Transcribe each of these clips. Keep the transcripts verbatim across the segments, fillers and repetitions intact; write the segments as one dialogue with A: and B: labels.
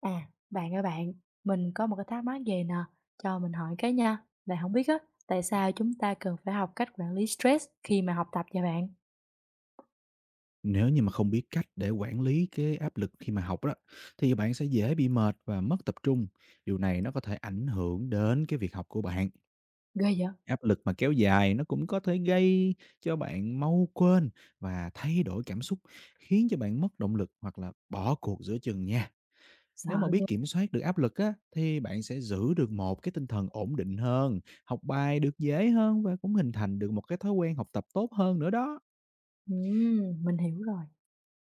A: À, bạn ơi bạn, mình có một cái thắc mắc về nè, cho mình hỏi cái nha. Bạn không biết á, tại sao chúng ta cần phải học cách quản lý stress khi mà học tập vậy bạn?
B: Nếu như mà không biết cách để quản lý cái áp lực khi mà học đó, thì bạn sẽ dễ bị mệt và mất tập trung. Điều này nó có thể ảnh hưởng đến cái việc học của bạn.
A: Ghê vậy?
B: Áp lực mà kéo dài nó cũng có thể gây cho bạn mau quên và thay đổi cảm xúc, khiến cho bạn mất động lực hoặc là bỏ cuộc giữa chừng nha. Nếu
A: Sợ
B: mà
A: ghê.
B: biết kiểm soát được áp lực á, thì bạn sẽ giữ được một cái tinh thần ổn định hơn, học bài được dễ hơn và cũng hình thành được một cái thói quen học tập tốt hơn nữa đó.
A: Ừm, mình hiểu rồi.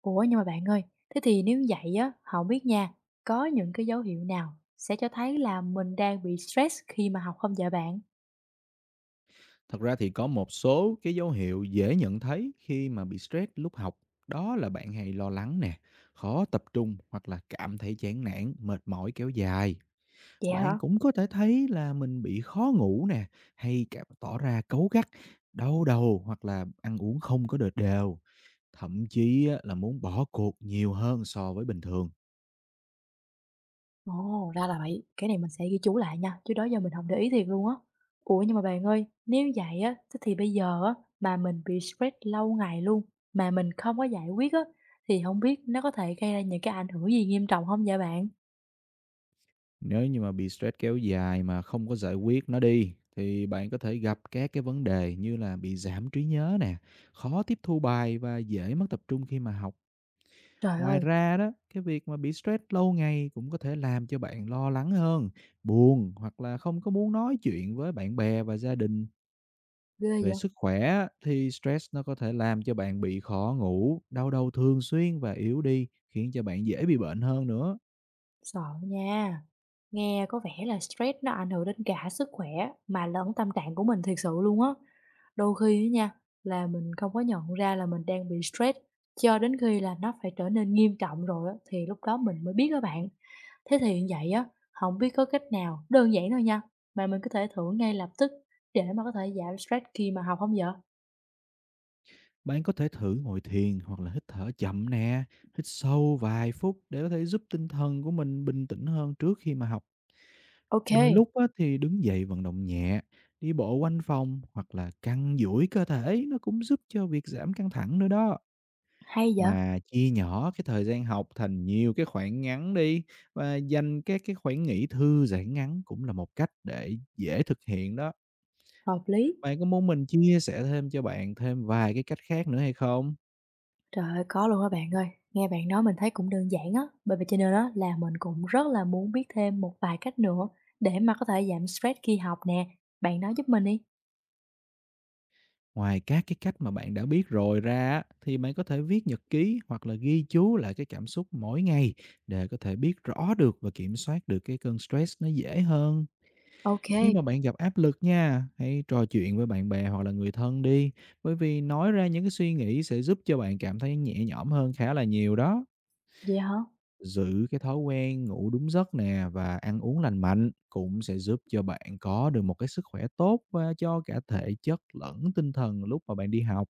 A: Ủa nhưng mà bạn ơi, thế thì nếu vậy á, không biết nha, có những cái dấu hiệu nào sẽ cho thấy là mình đang bị stress khi mà học không vậy bạn?
B: Thật ra thì có một số cái dấu hiệu dễ nhận thấy khi mà bị stress lúc học, đó là bạn hay lo lắng nè, khó tập trung hoặc là cảm thấy chán nản, mệt mỏi kéo dài.
A: Dạ
B: Bạn
A: hả?
B: cũng có thể thấy là mình bị khó ngủ nè, hay cảm tỏ ra cáu gắt, đau đầu hoặc là ăn uống không có đợt đều, thậm chí á, là muốn bỏ cuộc nhiều hơn so với bình thường.
A: Ồ, ra là vậy. Cái này mình sẽ ghi chú lại nha, chứ đó giờ mình không để ý thiệt luôn á. Ủa, nhưng mà bạn ơi, nếu vậy á, thế thì bây giờ á, mà mình bị stress lâu ngày luôn, mà mình không có giải quyết á, thì không biết nó có thể gây ra những cái ảnh hưởng gì nghiêm trọng không vậy bạn?
B: Nếu như mà bị stress kéo dài mà không có giải quyết nó đi thì bạn có thể gặp các cái vấn đề như là bị giảm trí nhớ nè, khó tiếp thu bài và dễ mất tập trung khi mà học.
A: Trời
B: Ngoài
A: ơi,
B: ra đó, cái việc mà bị stress lâu ngày cũng có thể làm cho bạn lo lắng hơn, buồn hoặc là không có muốn nói chuyện với bạn bè và gia đình.
A: ghê
B: Về
A: vậy!
B: sức khỏe á, thì stress nó có thể làm cho bạn bị khó ngủ, đau đầu thường xuyên và yếu đi, khiến cho bạn dễ bị bệnh hơn nữa.
A: Sợ nha. Nghe có vẻ là stress nó ảnh hưởng đến cả sức khỏe mà lẫn tâm trạng của mình thiệt sự luôn á. Đôi khi á nha, là mình không có nhận ra là mình đang bị stress cho đến khi là nó phải trở nên nghiêm trọng rồi á, thì lúc đó mình mới biết các bạn. Thế thì như vậy á, không biết có cách nào đơn giản thôi nha, mà mình có thể thử ngay lập tức để mà có thể giảm stress khi mà học không vậy?
B: Bạn có thể thử ngồi thiền hoặc là hít thở chậm nè, hít sâu vài phút để có thể giúp tinh thần của mình bình tĩnh hơn trước khi mà học. Đôi
A: OK.
B: lúc á, thì đứng dậy vận động nhẹ, đi bộ quanh phòng hoặc là căng duỗi cơ thể nó cũng giúp cho việc giảm căng thẳng nữa đó.
A: Hay vậy?
B: Mà chia nhỏ cái thời gian học thành nhiều cái khoảng ngắn đi và dành các cái khoảng nghỉ thư giãn ngắn cũng là một cách để dễ thực hiện đó.
A: Hợp lý.
B: Bạn có muốn mình chia sẻ thêm cho bạn thêm vài cái cách khác nữa hay không?
A: Trời ơi, có luôn á bạn ơi. Nghe bạn nói mình thấy cũng đơn giản á, bởi vậy cho nên á là mình cũng rất là muốn biết thêm một vài cách nữa để mà có thể giảm stress khi học nè. Bạn nói giúp mình đi.
B: Ngoài các cái cách mà bạn đã biết rồi ra á, thì bạn có thể viết nhật ký hoặc là ghi chú lại cái cảm xúc mỗi ngày để có thể biết rõ được và kiểm soát được cái cơn stress nó dễ hơn. Khi
A: OK,
B: mà bạn gặp áp lực nha, hãy trò chuyện với bạn bè hoặc là người thân đi, bởi vì nói ra những cái suy nghĩ sẽ giúp cho bạn cảm thấy nhẹ nhõm hơn khá là nhiều đó.
A: vậy hả?
B: Giữ cái thói quen ngủ đúng giấc nè và ăn uống lành mạnh cũng sẽ giúp cho bạn có được một cái sức khỏe tốt và cho cả thể chất lẫn tinh thần lúc mà bạn đi học.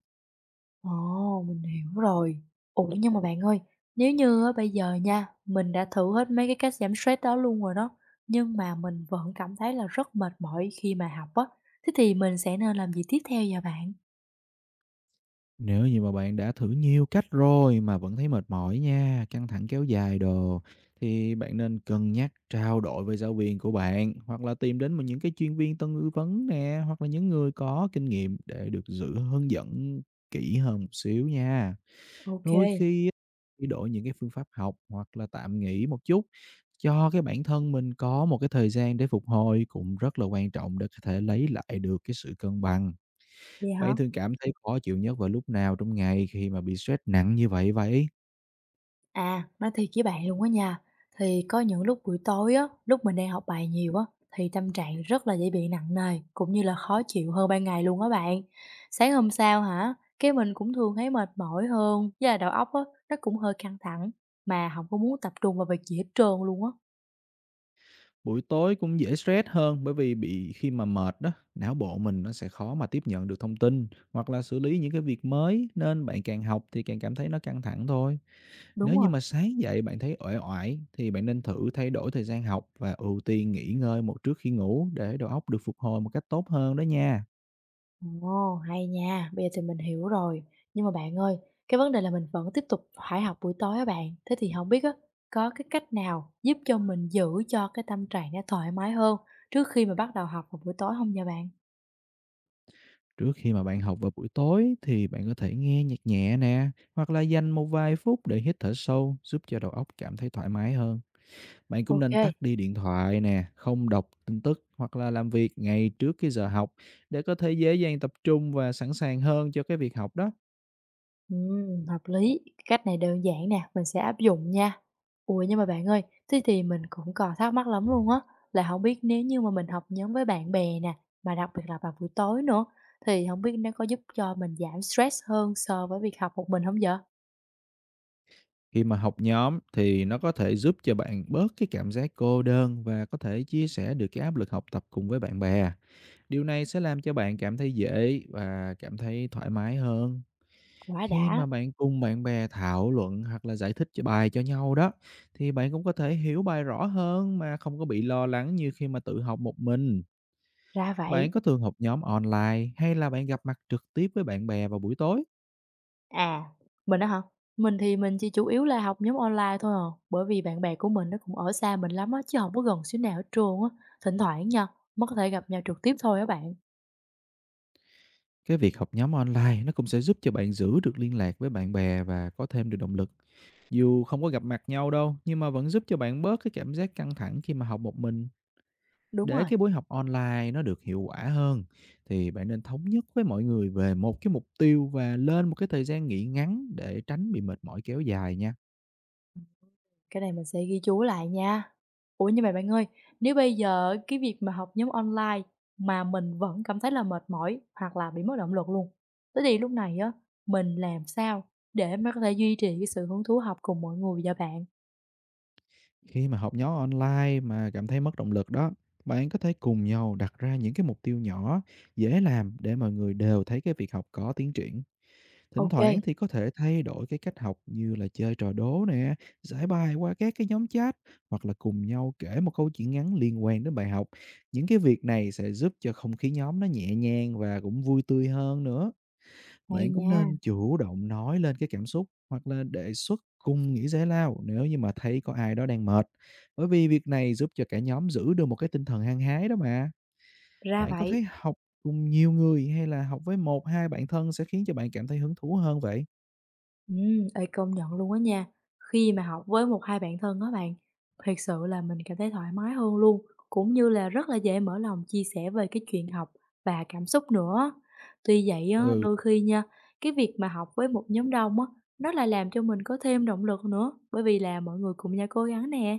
A: Ồ, mình hiểu rồi. Ủa nhưng mà bạn ơi, nếu như á bây giờ nha, mình đã thử hết mấy cái cách giảm stress đó luôn rồi đó, nhưng mà mình vẫn cảm thấy là rất mệt mỏi khi mà học á, thế thì mình sẽ nên làm gì tiếp theo vậy bạn?
B: Nếu như mà bạn đã thử nhiều cách rồi mà vẫn thấy mệt mỏi nha, căng thẳng kéo dài đồ, thì bạn nên cân nhắc trao đổi với giáo viên của bạn hoặc là tìm đến một những cái chuyên viên tư vấn nè hoặc là những người có kinh nghiệm để được sự hướng dẫn kỹ hơn một xíu nha.
A: OK,
B: Đôi khi á, thì đổi những cái phương pháp học hoặc là tạm nghỉ một chút cho cái bản thân mình có một cái thời gian để phục hồi cũng rất là quan trọng để có thể lấy lại được cái sự cân bằng.
A: vậy hả?
B: Bạn thường cảm thấy khó chịu nhất vào lúc nào trong ngày khi mà bị stress nặng như vậy vậy?
A: À, nói thiệt với bạn luôn á nha, thì có những lúc buổi tối á, lúc mình đang học bài nhiều á, thì tâm trạng rất là dễ bị nặng nề, cũng như là khó chịu hơn ban ngày luôn á bạn. Sáng hôm sau hả, cái mình cũng thường thấy mệt mỏi hơn, với là đầu óc á, nó cũng hơi căng thẳng, mà không có muốn tập trung vào việc gì hết trơn luôn á.
B: Buổi tối cũng dễ stress hơn bởi vì bị khi mà mệt đó, não bộ mình nó sẽ khó mà tiếp nhận được thông tin hoặc là xử lý những cái việc mới nên bạn càng học thì càng cảm thấy nó căng thẳng thôi.
A: Đúng
B: Nếu như
A: rồi.
B: mà sáng dậy bạn thấy uể oải thì bạn nên thử thay đổi thời gian học và ưu tiên nghỉ ngơi một trước khi ngủ để đầu óc được phục hồi một cách tốt hơn đó nha.
A: Ồ, hay nha, bây giờ thì mình hiểu rồi. Nhưng mà bạn ơi, cái vấn đề là mình vẫn tiếp tục phải học buổi tối á bạn. Thế thì không biết á, có cái cách nào giúp cho mình giữ cho cái tâm trạng nó thoải mái hơn trước khi mà bắt đầu học vào buổi tối không nha bạn?
B: Trước khi mà bạn học vào buổi tối thì bạn có thể nghe nhạc nhẹ nè, hoặc là dành một vài phút để hít thở sâu giúp cho đầu óc cảm thấy thoải mái hơn. Bạn cũng nên
A: Ok.
B: tắt đi điện thoại nè, không đọc tin tức hoặc là làm việc ngay trước cái giờ học để có thể dễ dàng tập trung và sẵn sàng hơn cho cái việc học đó.
A: Ừm, hợp lý, cái cách này đơn giản nè, mình sẽ áp dụng nha. Ui nhưng mà bạn ơi, thế thì mình cũng còn thắc mắc lắm luôn á, là không biết nếu như mà mình học nhóm với bạn bè nè, mà đặc biệt là vào buổi tối nữa, thì không biết nó có giúp cho mình giảm stress hơn so với việc học một mình không vậy?
B: Khi mà học nhóm thì nó có thể giúp cho bạn bớt cái cảm giác cô đơn và có thể chia sẻ được cái áp lực học tập cùng với bạn bè. Điều này sẽ làm cho bạn cảm thấy dễ và cảm thấy thoải mái hơn.
A: Quá
B: Khi
A: đã,
B: mà bạn cùng bạn bè thảo luận hoặc là giải thích cho bài cho nhau đó, thì bạn cũng có thể hiểu bài rõ hơn mà không có bị lo lắng như khi mà tự học một mình.
A: ra vậy.
B: Bạn có thường học nhóm online hay là bạn gặp mặt trực tiếp với bạn bè vào buổi tối?
A: À, mình đó hả? Mình thì mình chỉ chủ yếu là học nhóm online thôi à, bởi vì bạn bè của mình nó cũng ở xa mình lắm á, chứ không có gần xíu nào ở trường á, thỉnh thoảng nha, mới có thể gặp nhau trực tiếp thôi á bạn.
B: Cái việc học nhóm online nó cũng sẽ giúp cho bạn giữ được liên lạc với bạn bè và có thêm được động lực. Dù không có gặp mặt nhau đâu, nhưng mà vẫn giúp cho bạn bớt cái cảm giác căng thẳng khi mà học một mình.
A: Đúng
B: Để
A: rồi.
B: cái buổi học online nó được hiệu quả hơn thì bạn nên thống nhất với mọi người về một cái mục tiêu và lên một cái thời gian nghỉ ngắn để tránh bị mệt mỏi kéo dài nha.
A: Cái này mình sẽ ghi chú lại nha. Ủa, nhưng mà bạn ơi, nếu bây giờ cái việc mà học nhóm online mà mình vẫn cảm thấy là mệt mỏi hoặc là bị mất động lực luôn, thế thì lúc này á, mình làm sao để mà có thể duy trì cái sự hứng thú học cùng mọi người vậy bạn?
B: Khi mà học nhóm online mà cảm thấy mất động lực đó, bạn có thể cùng nhau đặt ra những cái mục tiêu nhỏ, dễ làm để mọi người đều thấy cái việc học có tiến triển. Thỉnh
A: OK kê,
B: thoảng thì có thể thay đổi cái cách học như là chơi trò đố nè, giải bài qua các cái nhóm chat hoặc là cùng nhau kể một câu chuyện ngắn liên quan đến bài học. Những cái việc này sẽ giúp cho không khí nhóm nó nhẹ nhàng và cũng vui tươi hơn nữa.
A: hay
B: Bạn cũng
A: nha,
B: nên chủ động nói lên cái cảm xúc hoặc là đề xuất cùng nghỉ giải lao nếu như mà thấy có ai đó đang mệt. Bởi vì việc này giúp cho cả nhóm giữ được một cái tinh thần hăng hái đó mà.
A: ra
B: Bạn có
A: vậy.
B: thấy học cùng nhiều người hay là học với một hai bạn thân sẽ khiến cho bạn cảm thấy hứng thú hơn vậy?
A: Ừ, ê, công nhận luôn á nha. Khi mà học với một hai bạn thân á bạn, thiệt sự là mình cảm thấy thoải mái hơn luôn, cũng như là rất là dễ mở lòng chia sẻ về cái chuyện học và cảm xúc nữa. Tuy vậy á,
B: Ừ,
A: đôi khi nha, cái việc mà học với một nhóm đông á, nó lại làm cho mình có thêm động lực nữa, bởi vì là mọi người cùng nhau cố gắng nè.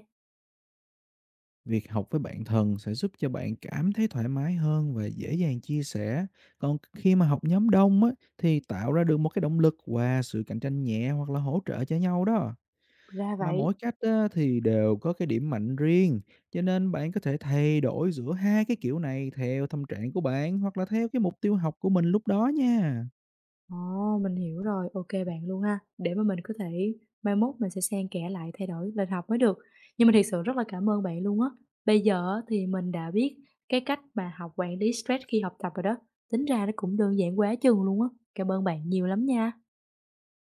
B: việc học với bạn thân sẽ giúp cho bạn cảm thấy thoải mái hơn và dễ dàng chia sẻ. Còn khi mà học nhóm đông á, thì tạo ra được một cái động lực và sự cạnh tranh nhẹ hoặc là hỗ trợ cho nhau đó.
A: Ra
B: Mà
A: vậy.
B: mỗi cách á, thì đều có cái điểm mạnh riêng, cho nên bạn có thể thay đổi giữa hai cái kiểu này theo tâm trạng của bạn hoặc là theo cái mục tiêu học của mình lúc đó nha.
A: Ồ, mình hiểu rồi, ok bạn luôn ha, để mà mình có thể mai mốt mình sẽ xen kẽ lại thay đổi lịch học mới được. Nhưng mà thiệt sự rất là cảm ơn bạn luôn á. Bây giờ á thì mình đã biết cái cách mà học quản lý stress khi học tập rồi đó, tính ra nó cũng đơn giản quá chừng luôn á. Cảm ơn bạn nhiều lắm nha.